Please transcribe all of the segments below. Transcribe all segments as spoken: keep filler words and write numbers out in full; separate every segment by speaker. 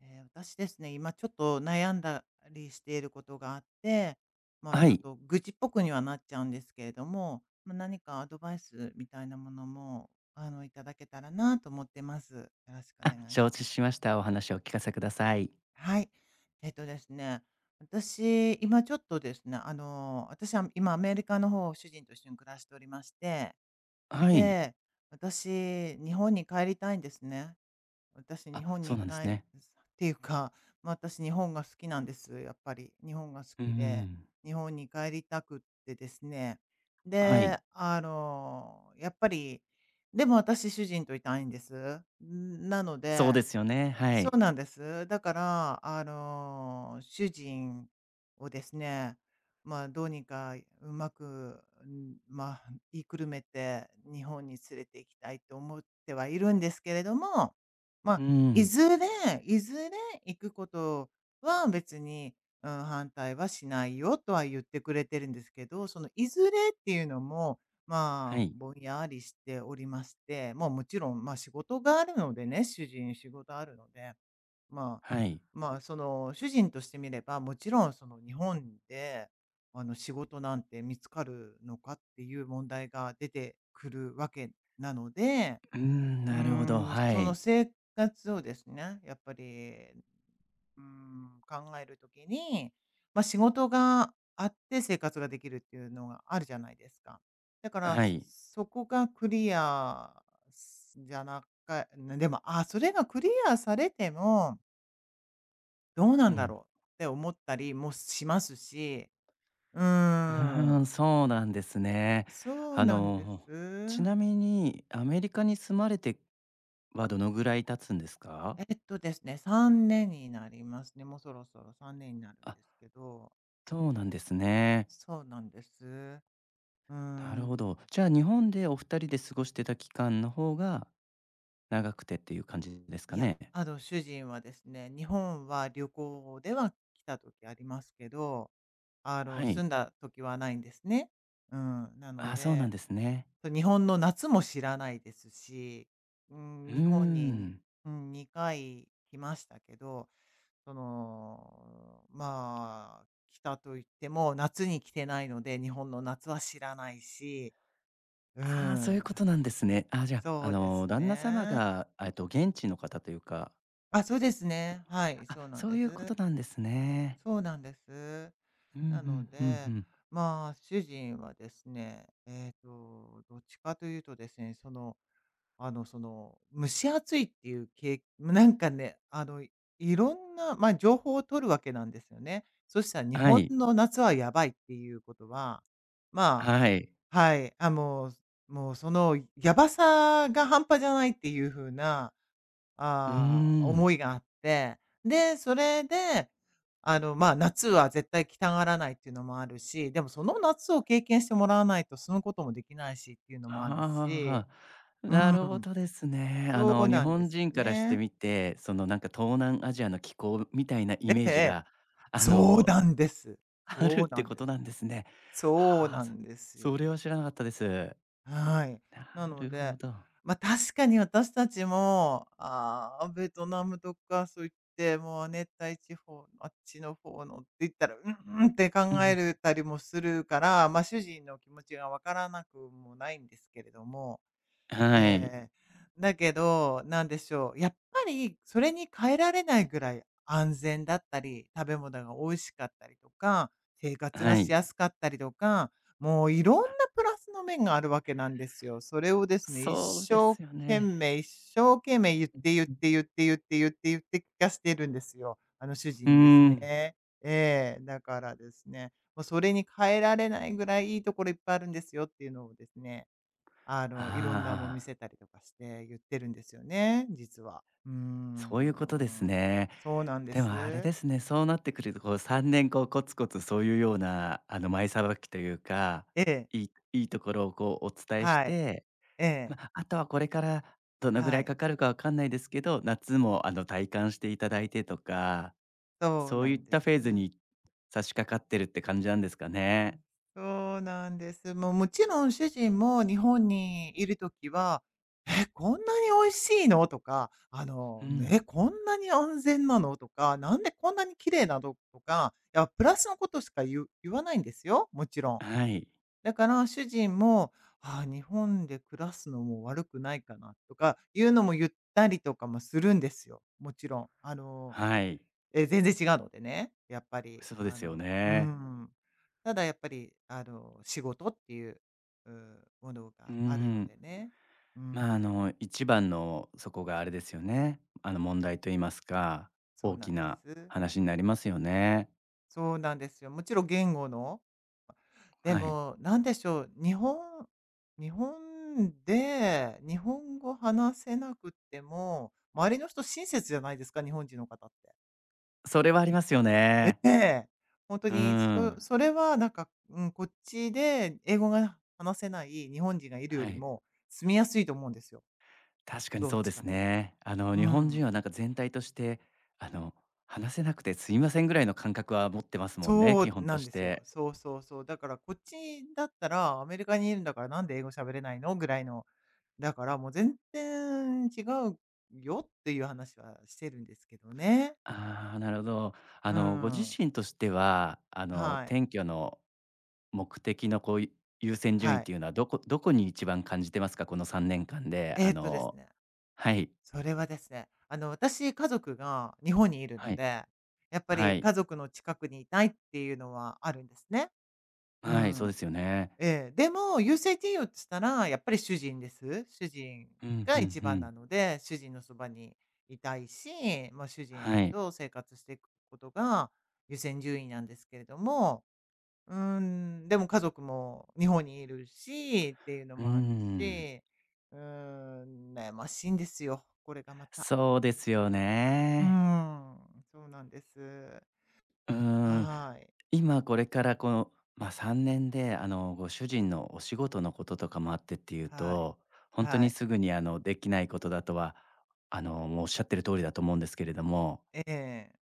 Speaker 1: ええ、私ですね、今ちょっと悩んだりしていることがあって、まあ、
Speaker 2: は
Speaker 1: ちょっ
Speaker 2: い。
Speaker 1: と愚痴っぽくにはなっちゃうんですけれども、まあ、何かアドバイスみたいなものも、あの、いただけたらなと思ってます。よろしくお
Speaker 2: あ、
Speaker 1: 願い
Speaker 2: 承
Speaker 1: し
Speaker 2: 知
Speaker 1: ま
Speaker 2: し
Speaker 1: す。
Speaker 2: ました。お話をお聞かせください。
Speaker 1: はい。えっとですね、私、今ちょっとですね、あの、私は今アメリカの方、主人と一緒に暮らしておりまして、
Speaker 2: はい。
Speaker 1: で、私、日本に帰りたいんですね。私、
Speaker 2: あ、
Speaker 1: 日本
Speaker 2: そう
Speaker 1: に
Speaker 2: な
Speaker 1: 帰
Speaker 2: んです
Speaker 1: 回っ
Speaker 2: ね。
Speaker 1: ていうか、まあ、私日本が好きなんです、やっぱり。日本が好
Speaker 2: うんう
Speaker 1: きで、
Speaker 2: ん。
Speaker 1: 日本に帰りたくってですね。
Speaker 2: はい。
Speaker 1: で、あの、やっぱり、でも私主人といたいんです。ん、なの
Speaker 2: そう
Speaker 1: で
Speaker 2: ですよね。は
Speaker 1: そう
Speaker 2: い。
Speaker 1: なんです。だから、あの、主人をですね、まあ、どうにかうまく、ん、まあ、言いくるめて日本に連れて行きたいと思ってはいるんですけれども、ま
Speaker 2: う
Speaker 1: あ、い
Speaker 2: ん。
Speaker 1: ずれいずれ行くことは別に、うん、反対はしないよとは言ってくれてるんですけど、そのいずれっていうのも、
Speaker 2: は
Speaker 1: まあ、
Speaker 2: い。
Speaker 1: ぼんやりしておりまして、まあ、もちろん、まあ、仕事があるのでね、主人仕事あるので、まあ、
Speaker 2: はい。
Speaker 1: まあ、その、主人としてみれば、もちろん、その、日本で、あの、仕事なんて見つかるのかっていう問題が出てくるわけなので、
Speaker 2: うん、
Speaker 1: うー
Speaker 2: なるほど。
Speaker 1: ん、
Speaker 2: は
Speaker 1: その
Speaker 2: い。
Speaker 1: 生活をですね、やっぱりうーん、考える時に、まあ、仕事があって生活ができるっていうのがあるじゃないですか。だから、
Speaker 2: はい。
Speaker 1: そこがクリアすじゃなかでも、あ、それがクリアされても、どうな
Speaker 2: う
Speaker 1: んだ
Speaker 2: ん。
Speaker 1: ろうって思ったりもしますし、うー
Speaker 2: うーん、
Speaker 1: ん、
Speaker 2: そうなんですね。
Speaker 1: そう
Speaker 2: あ
Speaker 1: なんです。
Speaker 2: の、ちなみにアメリカに住まれてはどのぐらい経つんですか？
Speaker 1: えっとですね、さんねんになりますね。もうそろそろさんねんになるん
Speaker 2: あ、
Speaker 1: ですけど、
Speaker 2: そうなんですね。
Speaker 1: そうなんです。うー
Speaker 2: なる
Speaker 1: ん。
Speaker 2: ほど。じゃあ、日本でお二人で過ごしてた期間の方が長くてっていう感じです
Speaker 1: い
Speaker 2: か
Speaker 1: や、
Speaker 2: ね？
Speaker 1: あの、主人はですね、日本は旅行では来た時ありますけど、あ
Speaker 2: は
Speaker 1: の、
Speaker 2: い。
Speaker 1: 住んだ時はないんですね。うん。なの
Speaker 2: あ、そうなん
Speaker 1: で、
Speaker 2: ですね。
Speaker 1: 日本の夏も知らないですし、う
Speaker 2: う
Speaker 1: ん、
Speaker 2: ー
Speaker 1: 日本に、
Speaker 2: ん。
Speaker 1: うん、にかい来ましたけど、その、まあ、来たと言っても、夏に来てないので、日本の夏は知らないし、う
Speaker 2: ああ、そういう
Speaker 1: ん。
Speaker 2: ことなんですね。あ、じゃあ、あ
Speaker 1: そうです
Speaker 2: の、旦那様
Speaker 1: ね。
Speaker 2: が、えっと、現地の方というか、
Speaker 1: あ、そうです
Speaker 2: その、
Speaker 1: ね。はい、
Speaker 2: あ、
Speaker 1: そうなん
Speaker 2: そう
Speaker 1: で
Speaker 2: い
Speaker 1: す。
Speaker 2: うことなんですね。
Speaker 1: そうなんです。
Speaker 2: うんう
Speaker 1: な
Speaker 2: ん
Speaker 1: の
Speaker 2: うんう
Speaker 1: で、
Speaker 2: ん。
Speaker 1: まあ、主人はですね、えっと、どっちかというとですね、その、あの、その、蒸し暑いっていうけ、 なんかね、あの、いいろんな、まあ、情報を取るわけなんですよね。そしたら日
Speaker 2: は
Speaker 1: 本
Speaker 2: い。
Speaker 1: の夏はやばいっていうことは、ま
Speaker 2: はい。
Speaker 1: あ、はい、あ、もうもうそのやばさが半端じゃないっていう風な、
Speaker 2: うー
Speaker 1: ああ、
Speaker 2: ん。
Speaker 1: 思いがあって、で、それで、あの、まあ、夏は絶対着たがらないっていうのもあるし、でもその夏を経験してもらわないとそのこともできないしっていうのもあるし、
Speaker 2: ああ、
Speaker 1: う
Speaker 2: な
Speaker 1: ん、
Speaker 2: るほどですね。あ
Speaker 1: そう
Speaker 2: の、日
Speaker 1: なんで
Speaker 2: 本
Speaker 1: すよ
Speaker 2: 人からして
Speaker 1: ね。
Speaker 2: みて、その、なんか、東南アジアの気候みたいなイ
Speaker 1: え
Speaker 2: メージ
Speaker 1: え、
Speaker 2: が、あ
Speaker 1: そう
Speaker 2: の、
Speaker 1: なんです。
Speaker 2: ある
Speaker 1: そ
Speaker 2: っ
Speaker 1: うな
Speaker 2: て
Speaker 1: ん
Speaker 2: こ
Speaker 1: で
Speaker 2: と
Speaker 1: す。
Speaker 2: なんですね。
Speaker 1: そう
Speaker 2: はあ、
Speaker 1: な
Speaker 2: そ
Speaker 1: んです
Speaker 2: それ
Speaker 1: よ。
Speaker 2: は知らなかったです。
Speaker 1: はい。
Speaker 2: な
Speaker 1: なの
Speaker 2: るほ
Speaker 1: で、
Speaker 2: ど。
Speaker 1: ま、確かに私たちも、あーベトナムとかそういって、もう熱帯地方のあっちの方のって言ったら、うんうんって考
Speaker 2: う
Speaker 1: え
Speaker 2: ん。
Speaker 1: るたりもするから、ま、主人の気持ちがわからなくもないんですけれども、
Speaker 2: はい。
Speaker 1: ええ。だけど、なんでしょう、やっぱりそれに変えられないぐらい安全だったり、食べ物が美味しかったりとか、生活が
Speaker 2: は
Speaker 1: し
Speaker 2: い。
Speaker 1: やすかったりとか、もういろんなプラスの面があるわけなんですよ。それをですね、一
Speaker 2: そうで
Speaker 1: 生
Speaker 2: すよ
Speaker 1: 懸
Speaker 2: ね。
Speaker 1: 命、一生懸命言って言っ
Speaker 2: うん。
Speaker 1: て言って言って言って言って聞かせてるんですよ。あの主
Speaker 2: うー
Speaker 1: 人にです
Speaker 2: ん。
Speaker 1: ね。ええ、だからですね、もうそれに変えられないぐらいいいところいっぱいあるんですよっていうのをですね、あの、いろんなもん
Speaker 2: あ
Speaker 1: 見
Speaker 2: あ、
Speaker 1: せたりとかして言ってるんですよね、実は。うー
Speaker 2: そういうことです
Speaker 1: ん。
Speaker 2: ね。
Speaker 1: そうなんで
Speaker 2: でもあれ
Speaker 1: す。
Speaker 2: ですね、そうなってくるとこうさんねんこうコツコツそういうようなあの前さばきというか、
Speaker 1: ええ、
Speaker 2: いいいいところをこうお伝えし
Speaker 1: はい。
Speaker 2: て、
Speaker 1: え
Speaker 2: ま
Speaker 1: え、
Speaker 2: あ、あとはこれからどのぐら
Speaker 1: は
Speaker 2: い
Speaker 1: い。
Speaker 2: かかるかわかんないですけど、夏もあの体感していただいてとか、
Speaker 1: そう
Speaker 2: そう
Speaker 1: な
Speaker 2: いっ
Speaker 1: んで
Speaker 2: たフ
Speaker 1: す。
Speaker 2: ェー
Speaker 1: う
Speaker 2: ズに差し掛かってるって感じなんですか
Speaker 1: ん、
Speaker 2: ね。
Speaker 1: そうなんです。もうもちろん主人も日本にいるときは、「え、こんなに美味しいの？」とか、あ
Speaker 2: う
Speaker 1: の、
Speaker 2: ん。
Speaker 1: 「え、こんなに安全なの？」とか、「なんでこんなに綺麗なの？」とか、いや、プラスのことしか言う言わないんですよ、もちろん。
Speaker 2: はい。
Speaker 1: だから主人も、あー日本で暮らすのも悪くないかなとかいうのも言ったりとかもするんですよ。もちろん。あの、
Speaker 2: はい。
Speaker 1: え、全然違うのでね、やっぱり、
Speaker 2: そうで
Speaker 1: あ
Speaker 2: すよ
Speaker 1: のう
Speaker 2: ね。
Speaker 1: ん。ただやっぱり、あの、仕事っていう、うんもの
Speaker 2: うー
Speaker 1: があるの
Speaker 2: ん。
Speaker 1: でね。う
Speaker 2: まあ、あ
Speaker 1: ん、
Speaker 2: の、一番のそこがあれですよね。あの、問題と言いますか、
Speaker 1: そう
Speaker 2: 大
Speaker 1: な
Speaker 2: き
Speaker 1: んで
Speaker 2: な
Speaker 1: す。
Speaker 2: 話になりますよね。
Speaker 1: そうなんですよ。もちろん言語の、で
Speaker 2: はい。
Speaker 1: も、なんでしょう、日本日本で、日本語話せなくても、周りの人親切じゃないですか、日本人の方って。
Speaker 2: それはありますよ
Speaker 1: え
Speaker 2: ね。
Speaker 1: え。本当
Speaker 2: うー
Speaker 1: に、
Speaker 2: ん。
Speaker 1: そそれはなんか、うん、こっちで英語が話せない日本人がいるよ
Speaker 2: は
Speaker 1: り
Speaker 2: い。
Speaker 1: も、住みやすいと思うんですよ、
Speaker 2: 確かに
Speaker 1: どっ
Speaker 2: そうで
Speaker 1: ちか
Speaker 2: す
Speaker 1: というと。
Speaker 2: ね。あの、
Speaker 1: う
Speaker 2: 日本人
Speaker 1: ん。
Speaker 2: はなんか全体として、あの、話せなくてすいませんぐらいの感覚は持ってますもんね、
Speaker 1: そ
Speaker 2: 基
Speaker 1: う
Speaker 2: 本と
Speaker 1: なん
Speaker 2: し
Speaker 1: ですよ。
Speaker 2: て。
Speaker 1: そうそうそう。だからこっちだったら、アメリカにいるんだからなんで英語喋れないのぐらいの、だからもう全然違うよっていう話はしてるんですけどね。
Speaker 2: ああ、なるほど。あ
Speaker 1: う
Speaker 2: の、ご自
Speaker 1: ん。
Speaker 2: 身としては、あの、
Speaker 1: はい。
Speaker 2: 転居の目的のこう、優先順位
Speaker 1: は
Speaker 2: っ
Speaker 1: い。
Speaker 2: ていうのは、どこどこに一番感じてますか？このさんねんかんで、あ
Speaker 1: えーっとです
Speaker 2: の、
Speaker 1: ね。
Speaker 2: はい。
Speaker 1: それはですね、あの、私、家族が日本にいる
Speaker 2: は
Speaker 1: の
Speaker 2: い。
Speaker 1: で、やっぱ
Speaker 2: は
Speaker 1: り
Speaker 2: い。
Speaker 1: 家族の近くにいたいっていうのはあるんですね。う
Speaker 2: はい、そうで
Speaker 1: ん。
Speaker 2: すよね。
Speaker 1: ええ、でも優先順位をつったら、やっぱり主人です。主人
Speaker 2: うん、う
Speaker 1: が
Speaker 2: ん
Speaker 1: 一
Speaker 2: う
Speaker 1: 番
Speaker 2: ん。
Speaker 1: なので、主人のそばにいたいし、まあ、主人
Speaker 2: はい。
Speaker 1: と生活していくことが優先順位なんですけれども、うーん、でも家族も日本にいるしっていうの
Speaker 2: う
Speaker 1: もある
Speaker 2: ん。
Speaker 1: し、うーん、悩ましいんですよ、これがまた。
Speaker 2: そうですよ
Speaker 1: うー
Speaker 2: ね。
Speaker 1: ん、そうなんです。
Speaker 2: うん。
Speaker 1: はい、
Speaker 2: 今これからこの、まあ、さんねんで、あの、ご主人のお仕事のこととかもあってっていう
Speaker 1: はい、
Speaker 2: と、本当
Speaker 1: は
Speaker 2: に
Speaker 1: い、
Speaker 2: すぐに、あの、できないことだとは、あの、もうおっしゃってる通りだと思うんですけれども、
Speaker 1: ええ、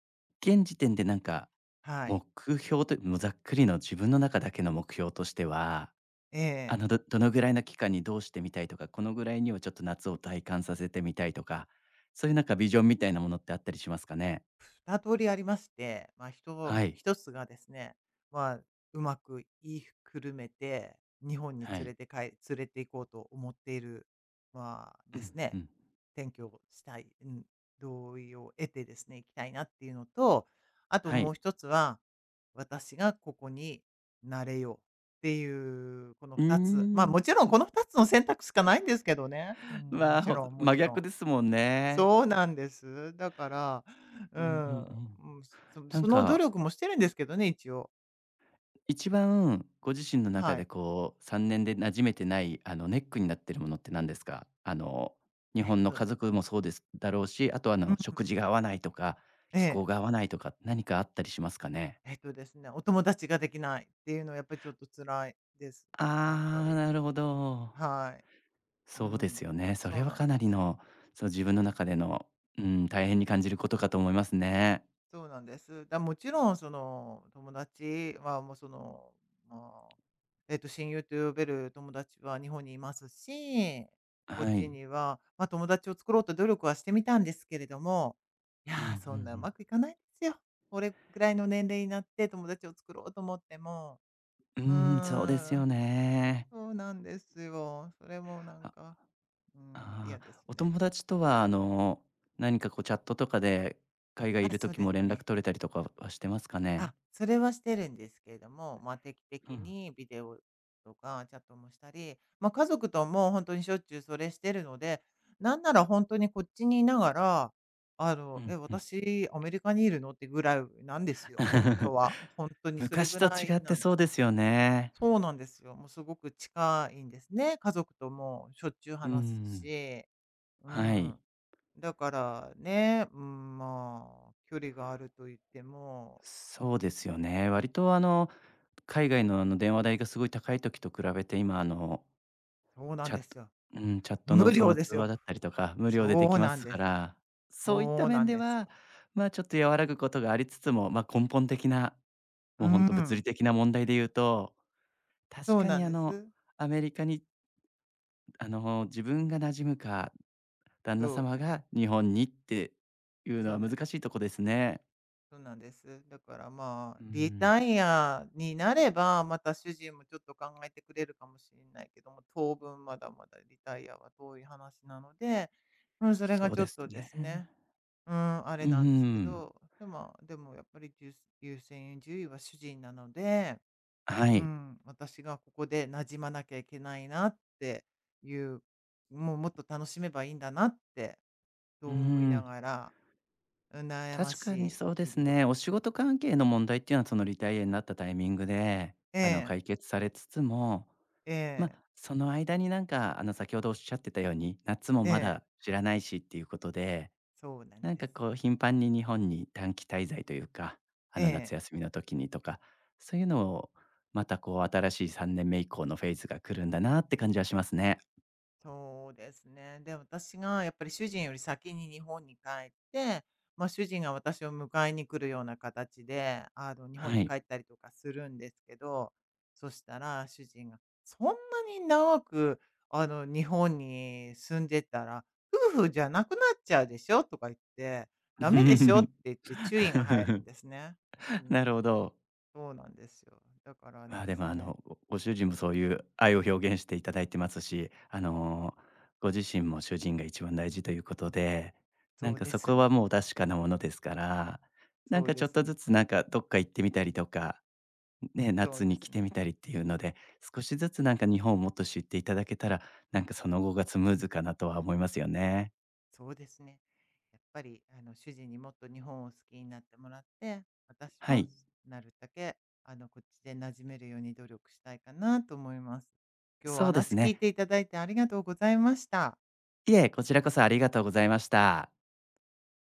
Speaker 2: 現時点でなんか
Speaker 1: はい、
Speaker 2: 目標ともうざっくりの自分の中だけの目標としては、
Speaker 1: え
Speaker 2: あ
Speaker 1: え。
Speaker 2: の、どどのぐらいの期間にどうしてみたいとか、このぐらいにはちょっと夏を体感させてみたいとか、そういうなんかビジョンみたいなものってあったりしますかね？
Speaker 1: 二通りありまして、まあ、ひ
Speaker 2: はい、
Speaker 1: 一つがですね、まあ、うまく言いくるめて、日本に
Speaker 2: は
Speaker 1: 連
Speaker 2: い。
Speaker 1: れてか連れて行こうと思っている、まあ、
Speaker 2: う
Speaker 1: で
Speaker 2: ん
Speaker 1: す
Speaker 2: う
Speaker 1: ね、
Speaker 2: ん。
Speaker 1: 転居をしたい、うん、同意を得てですね、行きたいなっていうのと、あと
Speaker 2: は
Speaker 1: も
Speaker 2: い。
Speaker 1: う一つは、私がここになれようっていうこの
Speaker 2: うー
Speaker 1: 二つ。まあ、
Speaker 2: ん、
Speaker 1: もちろんこの二つの選択しかないんですけどね。もう
Speaker 2: ま
Speaker 1: も
Speaker 2: あ、
Speaker 1: ち
Speaker 2: ほん
Speaker 1: ろん、も
Speaker 2: 真
Speaker 1: ちろん。
Speaker 2: 逆ですもんね。
Speaker 1: そうなんです。だから、う
Speaker 2: うんうんう
Speaker 1: ん、
Speaker 2: ん。
Speaker 1: うん、そ
Speaker 2: なん
Speaker 1: その努
Speaker 2: か
Speaker 1: 力もしてるんですけどね、一応。
Speaker 2: 一番ご自身の中
Speaker 1: は
Speaker 2: で
Speaker 1: い。
Speaker 2: こうさんねんで馴染めてない、あの、ネックになってるものって何ですか？あの、日
Speaker 1: えっ
Speaker 2: 本の
Speaker 1: と、
Speaker 2: 家族もそうですだろうし、あとあ
Speaker 1: う
Speaker 2: の、食
Speaker 1: ん、
Speaker 2: 事が合わないとか、
Speaker 1: え
Speaker 2: 気候
Speaker 1: え。
Speaker 2: が合わないとか、何かあったりしますかね？
Speaker 1: えっとですね、お友達ができないっていうのはやっぱりちょっと辛いです。やっぱ
Speaker 2: ああ、
Speaker 1: り。
Speaker 2: なるほど。
Speaker 1: はい。う
Speaker 2: そうです
Speaker 1: ん。
Speaker 2: よね。そ
Speaker 1: そ
Speaker 2: れ
Speaker 1: う
Speaker 2: は
Speaker 1: なん
Speaker 2: か
Speaker 1: で
Speaker 2: なり
Speaker 1: す。
Speaker 2: の、そう自分の中での、うん、大変に感じることかと思いますね。
Speaker 1: そうなんです。だ、もちろんその友達は、もうその、まあ、えっと、親友と呼べる友達は日本にいますし、こっ
Speaker 2: は
Speaker 1: ち
Speaker 2: い。
Speaker 1: には、まあ、友達を作ろうと努力はしてみたんですけれども、いや
Speaker 2: うん、うんう
Speaker 1: ー、そんなう
Speaker 2: ん。
Speaker 1: まくいかないですよ。これぐらいの年齢になって友達を作ろうと思っても、
Speaker 2: う
Speaker 1: う
Speaker 2: ん、そうです
Speaker 1: ー
Speaker 2: よ
Speaker 1: ん、
Speaker 2: ね。
Speaker 1: そうなんですよ。それもなんか、うん、
Speaker 2: あ
Speaker 1: 嫌で
Speaker 2: あ、
Speaker 1: す
Speaker 2: お
Speaker 1: ね。
Speaker 2: 友達とは、あの、何かこうチャットとかで、海外い
Speaker 1: あ、
Speaker 2: る
Speaker 1: そう
Speaker 2: 時
Speaker 1: で
Speaker 2: も
Speaker 1: す
Speaker 2: 連絡
Speaker 1: ね。
Speaker 2: 取れたりとかはしてますかね？
Speaker 1: あ、それはしてるんですけれども、まあ、定期
Speaker 2: う
Speaker 1: 的
Speaker 2: ん、
Speaker 1: にビデオとかチャットもしたり、まあ、家族とも本当にしょっちゅうそれしてるので、なんなら本当にこっちにいながら、あ
Speaker 2: う
Speaker 1: の、
Speaker 2: ん、
Speaker 1: 「え、
Speaker 2: うん。
Speaker 1: 私アメリカにいるの？」ってぐらいなんですよ、本当は。本当にそれ
Speaker 2: 昔
Speaker 1: ぐ
Speaker 2: と
Speaker 1: ら
Speaker 2: 違
Speaker 1: い
Speaker 2: って
Speaker 1: なんで
Speaker 2: そう
Speaker 1: す。
Speaker 2: ですよね。
Speaker 1: そうなんですよ。もうすごく近いんですね。家族ともしょっちゅう
Speaker 2: う
Speaker 1: 話す
Speaker 2: ん、
Speaker 1: し、う
Speaker 2: はい。
Speaker 1: ん。だからね、うん、まあ、距離があると言っても
Speaker 2: そうですよね。割とあの、海外のあの電話代がすごい高い時と比べて、今あの、
Speaker 1: そうなん
Speaker 2: チャッ
Speaker 1: です
Speaker 2: ト
Speaker 1: よ。
Speaker 2: うん、チャットの
Speaker 1: 無
Speaker 2: そ
Speaker 1: 料
Speaker 2: の
Speaker 1: で
Speaker 2: 通
Speaker 1: す
Speaker 2: 話
Speaker 1: よ。
Speaker 2: だったりとか、無料でで
Speaker 1: そ
Speaker 2: き
Speaker 1: う
Speaker 2: ま
Speaker 1: なん
Speaker 2: す
Speaker 1: で
Speaker 2: か
Speaker 1: すよ。
Speaker 2: ら、そういった
Speaker 1: そうな
Speaker 2: 面
Speaker 1: ん
Speaker 2: で
Speaker 1: ですよ。
Speaker 2: は、まあ、ちょっと和らぐことがありつつも、ま、根本的な
Speaker 1: う
Speaker 2: もうほんと物理
Speaker 1: ん、
Speaker 2: 的な問題で言うと、確
Speaker 1: そう
Speaker 2: か
Speaker 1: な
Speaker 2: に
Speaker 1: ん
Speaker 2: あ
Speaker 1: で
Speaker 2: の、
Speaker 1: す。
Speaker 2: アメリカにあの、自分が馴染むか、旦那
Speaker 1: そう
Speaker 2: 様
Speaker 1: なんで
Speaker 2: が
Speaker 1: す。
Speaker 2: 日本にっていうの
Speaker 1: そう
Speaker 2: は
Speaker 1: なん
Speaker 2: 難しいとこですね。
Speaker 1: そうなんです。だからまあ、
Speaker 2: うー
Speaker 1: リ
Speaker 2: ん、
Speaker 1: タイアになれば、また主人もちょっと考えてくれるかもしれないけども、当分まだまだリタイアは遠い話なので、うん、それ
Speaker 2: そ
Speaker 1: が
Speaker 2: う
Speaker 1: ちょ
Speaker 2: で
Speaker 1: っ
Speaker 2: す
Speaker 1: とです
Speaker 2: ね。
Speaker 1: ね、うん、あれ
Speaker 2: う
Speaker 1: なんですけ
Speaker 2: ん、
Speaker 1: ど、でもでもやっぱり優優先順位は主人なので、
Speaker 2: は
Speaker 1: う
Speaker 2: い。
Speaker 1: ん、私がここで馴染まなきゃいけないなっていう、もうもっと楽しめばいいんだなって、
Speaker 2: う
Speaker 1: と
Speaker 2: ー
Speaker 1: 思いな
Speaker 2: ん、
Speaker 1: がら、うん悩ま
Speaker 2: 確かに
Speaker 1: し
Speaker 2: そうで
Speaker 1: い日
Speaker 2: す
Speaker 1: 々を。
Speaker 2: ね。お仕事関係の問題っていうのはそのリタイアになったタイミングで、
Speaker 1: え
Speaker 2: あの、
Speaker 1: え、
Speaker 2: 解決されつつも、
Speaker 1: え
Speaker 2: ま、
Speaker 1: え、
Speaker 2: その間になんかあの、先ほどおっしゃってたように、夏も
Speaker 1: え
Speaker 2: ま
Speaker 1: え、
Speaker 2: だ知らないしっていうことで
Speaker 1: そうなん
Speaker 2: なん
Speaker 1: で
Speaker 2: か
Speaker 1: す
Speaker 2: こう頻
Speaker 1: ね。
Speaker 2: 繁に日本に短期滞在というか、あ
Speaker 1: え
Speaker 2: の夏
Speaker 1: え。
Speaker 2: 休みの時にとか、そういうのをまたこう新しいさんねんめ以降のフェーズが来るんだなって感じはしますね。
Speaker 1: そうですね。で、私がやっぱり主人より先に日本に帰って、まあ、主人が私を迎えに来るような形で、あの、日本
Speaker 2: は
Speaker 1: に帰
Speaker 2: い。
Speaker 1: ったりとかするんですけど、そしたら主人が、そんなに長く、あの、日本に住んでたら、夫婦じゃなくなっちゃうでしょとか言って、ダメでしょって言って注意が入るん ですね。うん、
Speaker 2: なるほど。
Speaker 1: そうなんですよ。だから
Speaker 2: まあ
Speaker 1: で
Speaker 2: で
Speaker 1: す
Speaker 2: もあ
Speaker 1: ね、
Speaker 2: の、ごご主人もそういう愛を表現していただいてますし、あの、ご自身も主人が一番大事ということで、な
Speaker 1: そ
Speaker 2: ん
Speaker 1: う
Speaker 2: か
Speaker 1: で
Speaker 2: そ
Speaker 1: す
Speaker 2: こは
Speaker 1: ね。
Speaker 2: もう確かなものですから、なん
Speaker 1: そう
Speaker 2: かち
Speaker 1: で
Speaker 2: ょっ
Speaker 1: す
Speaker 2: とず
Speaker 1: ね。
Speaker 2: つなんかどっか行ってみたりとか、ね、
Speaker 1: そう
Speaker 2: 夏
Speaker 1: で
Speaker 2: に
Speaker 1: す
Speaker 2: 来て
Speaker 1: ね。
Speaker 2: みたりっていうので、少しずつなんか日本をもっと知っていただけたら、なんかその後がスムーズかなとは思いますよね。
Speaker 1: そうですね。やっぱり、あの、主人にもっと日本を好きになってもらって、私
Speaker 2: は
Speaker 1: も
Speaker 2: い、
Speaker 1: なるだけ、あの、こっちで馴染めるように努力したいかなと思います。今日はお
Speaker 2: そうです
Speaker 1: 話聞
Speaker 2: ね。
Speaker 1: いていただいてありがとうございました。
Speaker 2: いえ、こちらこそありがとうございました。